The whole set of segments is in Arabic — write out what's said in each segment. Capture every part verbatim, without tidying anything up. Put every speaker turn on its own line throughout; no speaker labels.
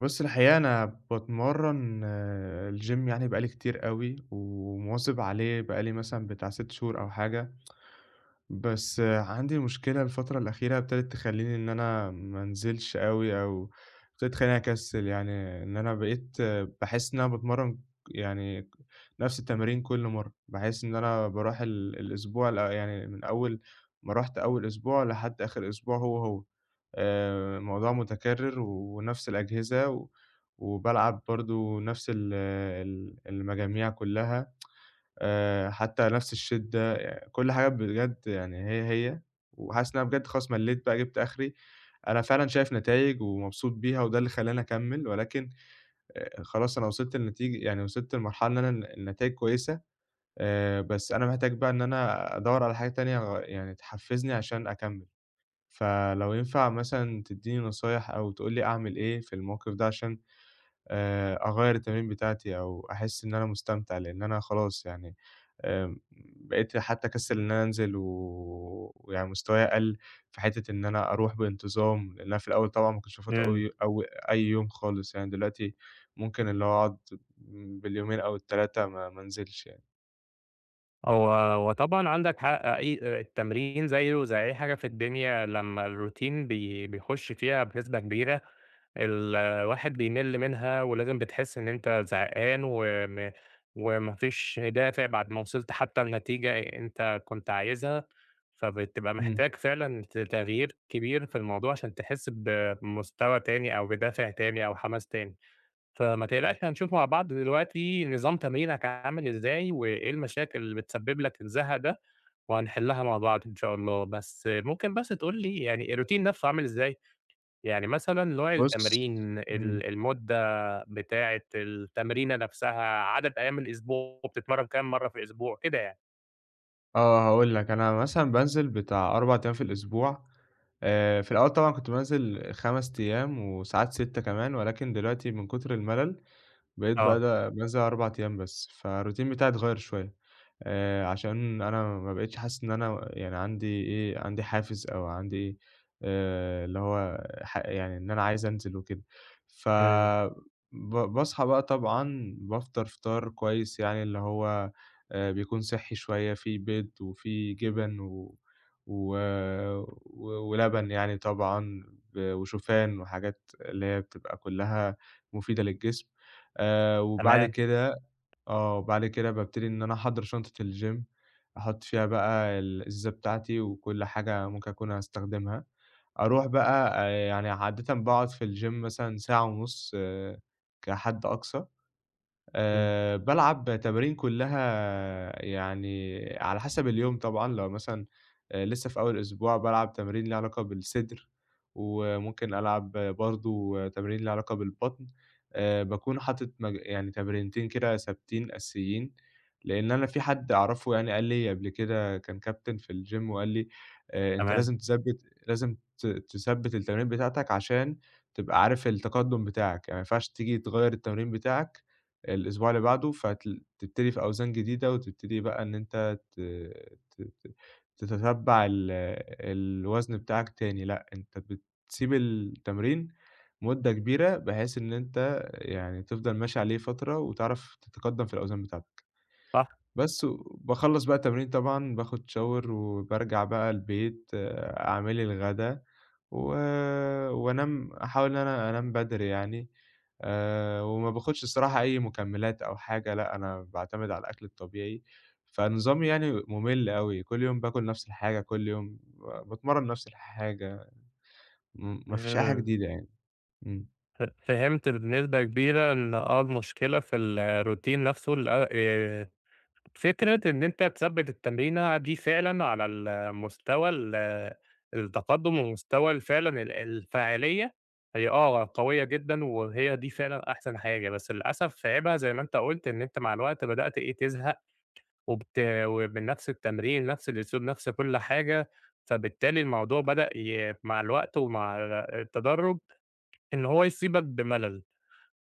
بُص الحقيقة أنا باتمرّن آه، الgym يعني بقى لي كتير أوي، ومواظب عليه بقى لي مثلًا بتاع ستة شهور أو حاجة. بس عندي مشكلة الفترة الأخيرة ابتدت تخلّيني إن أنا ما أنزلش أوي أو ابتدت تخلّيني أكسّل، يعني إن أنا بقيت باحس إن أنا باتمرّن يعني نفس التمارين كل مرّة، باحس إن أنا باروح ال الأسبوع الأ يعني من أول ما رُحت أول أسبوع لحد آخر أسبوع هو، هو. آآ الموضوع متكرّر ونفس الأجهزة و وبالعب برضه نفس ال ال المجاميع كُلّها. آآ حتى نفس الشدة، يع كل حاجة بجد يعني هي، هي، وحاسس إن أنا بجد خلاص ملّيت بقى جِبت آخري. أنا فعلًا شايف نتايج ومبسوط بيها وده اللي خلّاني أكمّل، ولكن آآ خلاص أنا وصلت لنتيج يعني وصلت لمرحلة إن أنا الن النتايج كويسة. آآ بس أنا محتاج بقى إن أنا أدوّر على حاجة تانية غ يعني تحفّزني عشان أكمّل. فلو ينفع مثلًا تدّيني نصايح أو تقول لي أعمل إيه في الموقف ده عشان آآ أغيّر التمارين بتاعتي أو أحس إن أنا مستمتع، لإن أنا خلاص يعني آمم بقيت حتّى أكسّل إن أنا أنزل و ويعني مستواي قَل في حتّة إن أنا أروح بانتظام، لإن أنا في الأول طبعًا ما كنتش بافوت
إمم،
أوي أو أي يوم خالص، يعني دلوقتي ممكن اللي هو أقعد باليومين أو التلاتة ما ما انزلش يعني.
هو هو طبعًا عندك حق أي التمرين زيه زي أي حاجة في الدنيا لمّا الروتين بي بيخش فيها بنسبة كبيرة، الواحد بيمل منها ولازم بتحس إن أنت زهقان وم وما فيش دافع بعد ما وصلت حتى لنتيجة أنت كنت عايزها، فبتبقى
إمم.
محتاج فعلًا ت تغيير كبير في الموضوع عشان تحس بمستوى تاني أو بدافع تاني أو حماس تاني. فما تقلقش هنشوف مع بعض دلوقتي نظام تمرينك عامل إزاي، وإيه المشاكل اللي بتسبب لك الزهق ده، وهنحلها مع بعض إن شاء الله، بس ممكن بس تقول لي يعني الروتين نفسه عامل إزاي؟ يعني مثلًا نوع
بُص،
التمرين،
إمم.
ال المدة بتاعة التمرينة نفسها، عدد أيام الأسبوع، بتتمرن كام مرّة في الأسبوع؟ كده يعني.
آه، هاقول لك، أنا مثلًا بانزل بتاع أربعة أيام في الأسبوع. آآ في الأول طبعًا كنت بانزل خمسة أيام وساعات ستة كمان، ولكن دلوقتي من كتر الملل بقيت بقى
آه،
د بانزل أربعة أيام بس، فالroutine بتاعي اتغيّر شوية. آآ عشان أنا ما بقيتش حاسس إن أنا يعني عندي إيه، عندي حافز أو عندي آآ اللي هو ح يعني إن أنا عايز أنزل وكده. ف
إمم،
ب باصحى بقى طبعًا بافطر فطار كويس يعني اللي هو آآ بيكون صحّي شوية، فيه بيض وفيه جبن و و و ولبن يعني طبعًا ب وشوفان وحاجات اللي هي بتبقى كُلّها مفيدة للجسم. آآ وبعد
تمام،
كده آه، وبعد كده بابتدي إن أنا أحضّر شنطة الgym، أحُط فيها بقى الإزازة بتاعتي وكل حاجة ممكن أكون هاستخدمها، أروح بقى آآ يعني عادةً باقعد في الgym مثلًا ساعة ونُص، آه، كحد أقصى.
إمم،
آآ بالعب تمارين كلّها يعني على حسب اليوم طبعًا. لو مثلًا آآ لسه في أول أسبوع بالعب تمارين ليها علاقة بالصدر، وممكن ألعب برضه تمارين ليها علاقة بالبطن. آآ باكون حاطط مج يعني تمرينتين كده ثابتين أساسيين، لإن أنا في حد أعرفه يعني قال لي قبل كده كان كابتن في الgym وقال لي: "آآ أنت
تمام،
لازم تثبّت، لازم ت تثبّت التمرين بتاعتك عشان تبقى عارف التقدُّم بتاعك، يعني ما ينفعش تيجي تغيّر التمرين بتاعك الأسبوع اللي بعده، فتبتدي في أوزان جديدة، وتبتدي بقى إن أنت ت ت ت تتتبع ال الوزن بتاعك تاني، لأ أنت بتسيب التمرين مدة كبيرة، بحيث إن أنت يعني تفضل ماشي عليه فترة، وتعرف تتقدم في الأوزان بتاعتك."
صح،
بس باخلّص بقى التمرين طبعًا، باخد shower وبارجع بقى البيت، آه، أعمل لي الغدا و وأنام، أحاول إن أنا أنام بدري يعني. آآ وما باخدش الصراحة أي مكملات أو حاجة، لأ أنا باعتمد على الأكل الطبيعي، فنظامي يعني مُمِل أوي، كل يوم باكل نفس الحاجة، كل يوم ب باتمرّن نفس الحاجة، م ما فيش أي حاجة
إمم.
جديدة يعني. إمم.
ف فهمت بنسبة كبيرة إن آه المشكلة في الروتين نفسه ال آآ فكرة إن أنت تثبّت التمرينة دي فعلًا على ال مستوى ال التقدُّم ومستوى فعلًا ال الفاعلية هي آه، قوية جدًا وهي دي فعلًا أحسن حاجة، بس للأسف عيبها زي ما أنت قُلت إن أنت مع الوقت بدأت إيه، تزهق وبت ومن نفس التمرين، نفس الأسلوب، نفس كل حاجة، فبالتالي الموضوع بدأ ي مع الوقت ومع التدرُّج إن هو يصيبك بملل.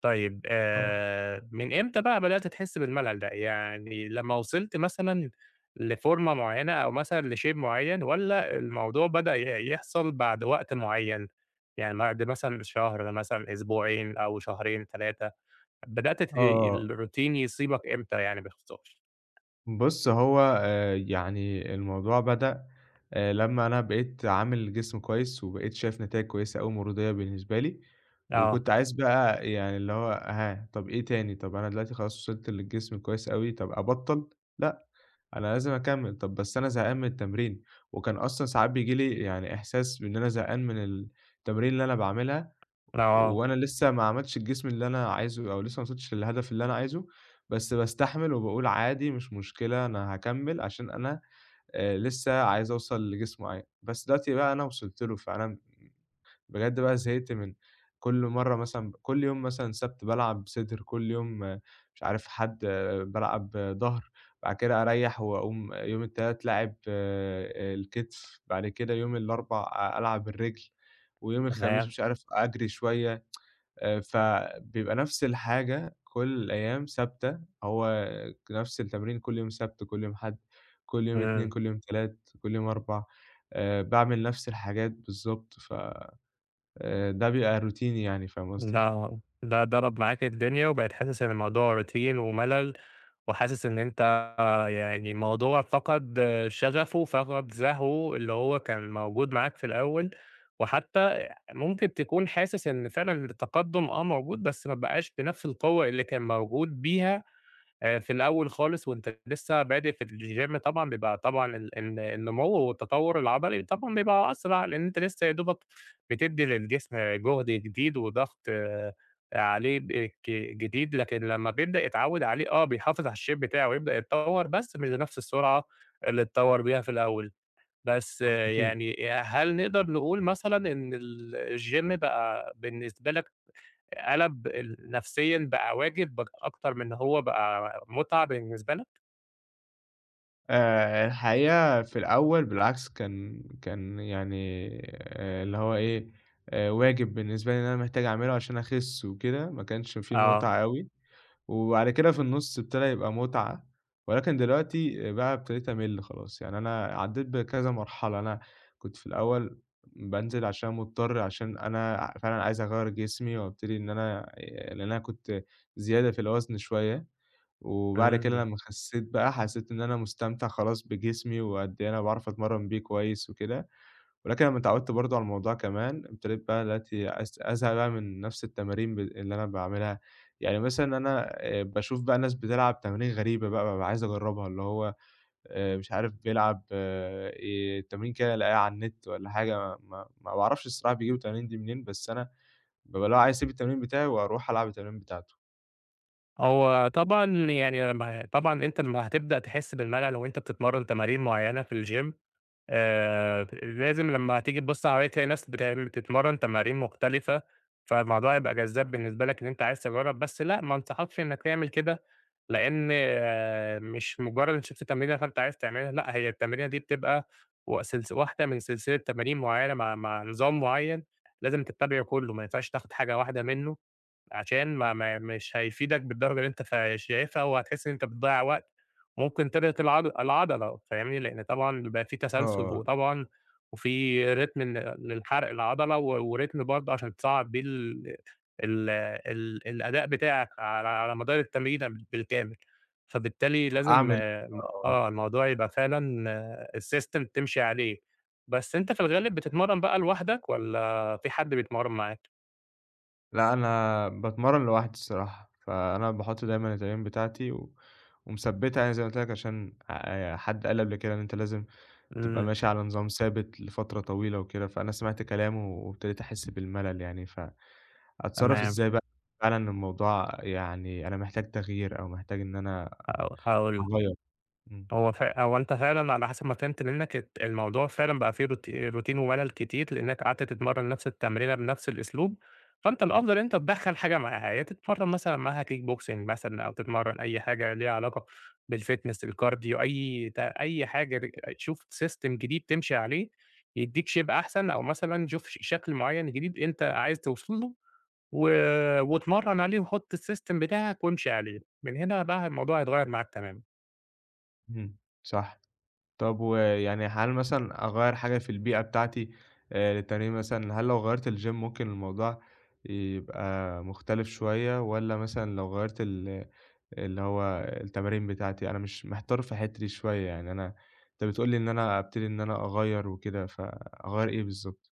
طيب
آه.
آآ، من إمتى بقى بدأت تحس بالملل ده؟ يعني لمّا وصلت مثلًا لفورمة معيّنة أو مثلًا لshape معيّن والّا الموضوع بدأ ي يحصل بعد وقت معيّن؟ يعني بعد مثلًا شهر مثلًا، أسبوعين أو شهرين، ثلاثة بدأت ت
آه، آه.
الروتين يصيبك إمتى يعني باختصار؟
بُص، هو آآ يعني الموضوع بدأ آآ لمّا أنا بقيت عامل جسم كويس، وبقيت شايف نتايج كويسة أوي مرضية بالنسبة لي،
آه،
وكنت عايز بقى يعني اللي هو ها، طَب إيه تاني؟ طَب أنا دلوقتي خلاص وصلت للجسم الكويس أوي، طَب أبطّل؟ لأ، أنا لازم أكمّل. طَب بس أنا زهقان من التمرين، وكان أصلًا ساعات بييجي لي يعني إحساس بإن أنا زهقان من التمرين اللي أنا باعملها،
آه،
وأنا لسه ما عملتش الجسم اللي أنا عايزه أو لسه ما وصلتش للهدف اللي أنا عايزه، بس باستحمل وباقول عادي مش مشكلة، أنا هاكمّل عشان أنا آآ لسه عايز أوصل لجسم معيّن. بس دلوقتي بقى أنا وصلت له، فأنا بجد بقى زهقت من كل مرّة. مثلًا كل يوم مثلًا سَبت بالعب صدر، كل يوم، آه، مش عارف، حد بالعب ضهر، بعد كده أريّح وأقوم يوم التلات لاعب آآ الكتف، بعد كده يوم الأربع ألعب الرِجل، ويوم الخميس
تمام،
مش عارف أجري شوية. آآ فبيبقى نفس الحاجة كل الأيام ثابتة. هو نفس التمرين كل يوم سبت، كل يوم حد، كل يوم اتنين،
إمم.
كل يوم تلات، كل يوم أربع، آآ باعمل نفس الحاجات بالضبط. ف آآ ده بيبقى روتيني، يعني فاهم قصدي؟
ده ده ضرب معاك الدنيا وبقيت حاسس إن الموضوع روتين وملل، وحاسس إن أنت يعني الموضوع فقد شغفه، فقد زهوه اللي هو كان موجود معاك في الأول، وحتى ممكن تكون حاسس إن فعلًا التقدم آه موجود، بس ما بقاش بنفس القوة اللي كان موجود بيها آآ في الأول خالص وأنت لسه بادئ في الgym طبعًا بيبقى طبعًا ال ال النمو والتطوّر العضلي طبعًا بيبقى أسرع، لإن أنت لسه يا دوبك بتدّي للجسم جهد جديد وضغط آه، عليه ب ك جديد، لكن لمّا بيبدأ يتعوّد عليه آه، بيحافظ على الshape بتاعه ويبدأ يتطوّر، بس مش بنفس السرعة اللي اتطوّر بيها في الأول. بس
آه.
آه،
أكيد.
يعني هل نقدر نقول مثلًا إن الgym بقى بالنسبة لك قَلَب ال نفسيًا بقى واجب بق أكتر من إن هو بقى مُتعة بالنسبة لك؟
آآ الحقيقة في الأول بالعكس كان كان يعني آآ اللي هو إيه، آآ واجب بالنسبة لي إن أنا محتاج أعمله عشان أخس وكده، ما كانش في
آه،
متعة أوي. وبعد كده في النُص ابتدى يبقى مُتعة، ولكن دلوقتي بقى ابتديت أمِل خلاص. يعني أنا عدّيت بكذا مرحلة، أنا كنت في الأول بانزل عشان مضطر، عشان أنا ع فعلًا عايز أغيّر جسمي وابتدي إن أنا آآ لإن أنا كنت زيادة في الوزن شوية، وبعد كده
إمم.
لمّا خسّيت بقى حسّيت إن أنا مستمتع خلاص بجسمي وقد إيه أنا باعرف أتمرّن بيه كويس وكده. ولكن لمّا اتعودت برضه على الموضوع كمان، ابتديت بقى دلوقتي أز أزهق بقى من نفس التمارين ب اللي أنا باعملها. يعني مثلًا أنا آآ باشوف بقى ناس بتلعب تمارين غريبة بقى، بابقى عايز أجرّبها، اللي هو آآ مش عارف بيلعب آآ تمرين كده، ألاقيه على النت والّا حاجة، ما ما باعرفش الصراحة بيجيبوا التمارين دي منين، بس أنا بابقى اللي هو عايز أسيب التمرين بتاعي وأروح ألعب التمرين بتاعته.
هو طبعًا يعني لمّا طبعًا أنت لمّا هتبدأ تحس بالملل وأنت بتتمرّن تمارين معيّنة في الgym آآ، لازم لمّا هتيجي تبُص حواليك تلاقي ناس بتعمل بتتمرّن تمارين مختلفة، فالموضوع هيبقى جذاب بالنسبة لك إن أنت عايز تجرّب، بس لأ، ما انصحكش إنّك تعمل كده، لإن آه، مش مجرّد إن شُفت تمرينة فأنت عايز تعملها، لأ، هي التمرينة دي بتبقى و سلس واحدة من سلسلة تمارين معيّنة مع مع نظام معيّن لازم تتّبعه كُلّه، ما ينفعش تاخُد حاجة واحدة منّه. عشان ما ما مش هيفيدك بالدرجة اللي أنت فا شايفها وهتحس إن أنت بتضيّع وقت، ممكن ترهق العض العضلة فاهمني، لإن طبعًا بيبقى في تسلسل
آه،
وطبعًا وفي رتم ل للحرق العضلة و ورتم برضه عشان تصعّب بيه ال ال ال الأداء بتاعك على على مدار التمرينة بالكامل، فبالتالي
طَب
لازم
أعمل
آه،
إيه؟ آه، آه.
آه، الموضوع يبقى فعلًا الsystem تمشي عليه، بس أنت في الغالب بتتمرّن بقى لوحدك والّا في حد بيتمرّن معاك؟
لأ، أنا باتمرّن لوحدي الصراحة، فأنا باحُط دايمًا التمارين بتاعتي و ومثبّتها يعني زي ما قُلت لك، عشان آآ حد قال لي قبل كده إن أنت لازم تبقى
إمم،
ماشي على نظام ثابت لفترة طويلة وكده، فأنا سمعت كلامه وابتديت أحس بالملل يعني، فأتصرّف
تمام.
إزاي بقى فعلًا؟ إن الموضوع يعني أنا محتاج تغيير أو محتاج إن أنا
هاق هاقول لك،
أغيّر؟ إمم،
هو فع هو أنت فعلًا على حسب ما فهمت منّك الت الموضوع فعلًا بقى فيه روت روتين وملل كتير، لإنّك قعدت تتمرّن نفس التمرينة بنفس الأسلوب، فأنت الأفضل إن أنت تدخّل حاجة معاها، يا تتمرّن مثلًا معاها kick boxing مثلًا أو تتمرّن أي حاجة ليها علاقة بالfitness، الكارديو، أي ت أي حاجة ر شوف system جديد تمشي عليه يدّيك shape أحسن، أو مثلًا شوف ش شكل معيّن جديد أنت عايز توصل له و واتمرّن عليه وحُط الsystem بتاعك وامشي عليه، من هنا بقى الموضوع هيتغيّر معاك تمامًا.
إمم، صح. طب، ويعني هل مثلًا أغيّر حاجة في البيئة بتاعتي آآ للتمرين مثلًا؟ هل لو غيّرت الgym ممكن الموضوع يبقى مختلف شوية، والّا مثلًا لو غيّرت ال اللي هو التمارين بتاعتي؟ أنا مش محتار في الحتّة دي شوية يعني، أنا أنت بتقول لي إن أنا أبتدي إن أنا أغيّر وكده، فأغيّر إيه بالضبط؟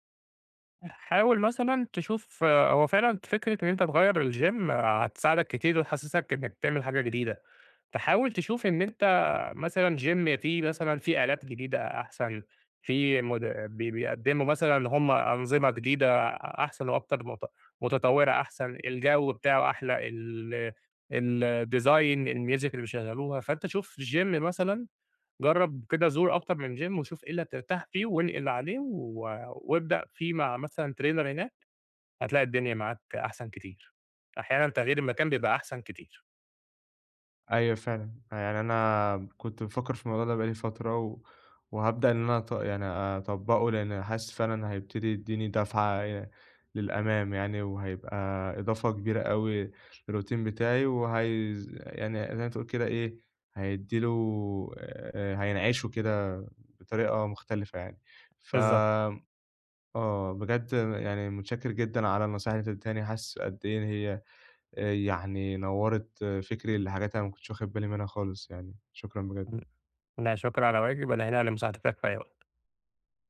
حاول مثلًا تشوف آه، هو فعلًا فكرة إن أنت تغيّر الgym هتساعدك كتير وتحسسك إنك بتعمل حاجة جديدة، فحاول تشوف إن أنت مثلًا gym فيه مثلًا فيه آلات جديدة أحسن، في مد بي بيقدموا مثلًا هم أنظمة جديدة أحسن وأكتر مت متطورة أحسن، الجو بتاعه أحلى، ال الdesign، الميوزك اللي بيشغلوها، فأنت شوف gym مثلًا جرّب كده زور أكتر من gym وشوف إيه اللي هترتاح فيه وانقل اللي عليه و وابدأ فيه مع مثلًا trainer هناك، هتلاقي الدنيا معاك أحسن كتير. أحيانًا تغيير المكان بيبقى أحسن كتير.
أيوه فعلًا، يعني أنا كنت بافكّر في الموضوع ده بقى لي فترة و وهابدأ إن أنا أط يعني أطبّقه، لإن حاسس فعلًا هيبتدي يدّيني دفعة ي للأمام يعني، وهيبقى إضافة كبيرة أوي للروتين بتاعي. وهيز يعني زي ما تقول كده إيه، هيدّي له آآ هينعشه كده بطريقة مختلفة يعني. ف
بالضبط.
آه، بجد يعني متشكّر جدًا على النصايح اللي أنت ادّيتهاني، حاسس قد إيه هي آآ يعني نوّرت، آه، فكري لحاجات أنا ما كنتش واخد بالي منها خالص يعني. شكرًا بجد.
لا شكر على واجب، أنا هنا لمساعدتك في أي وقت.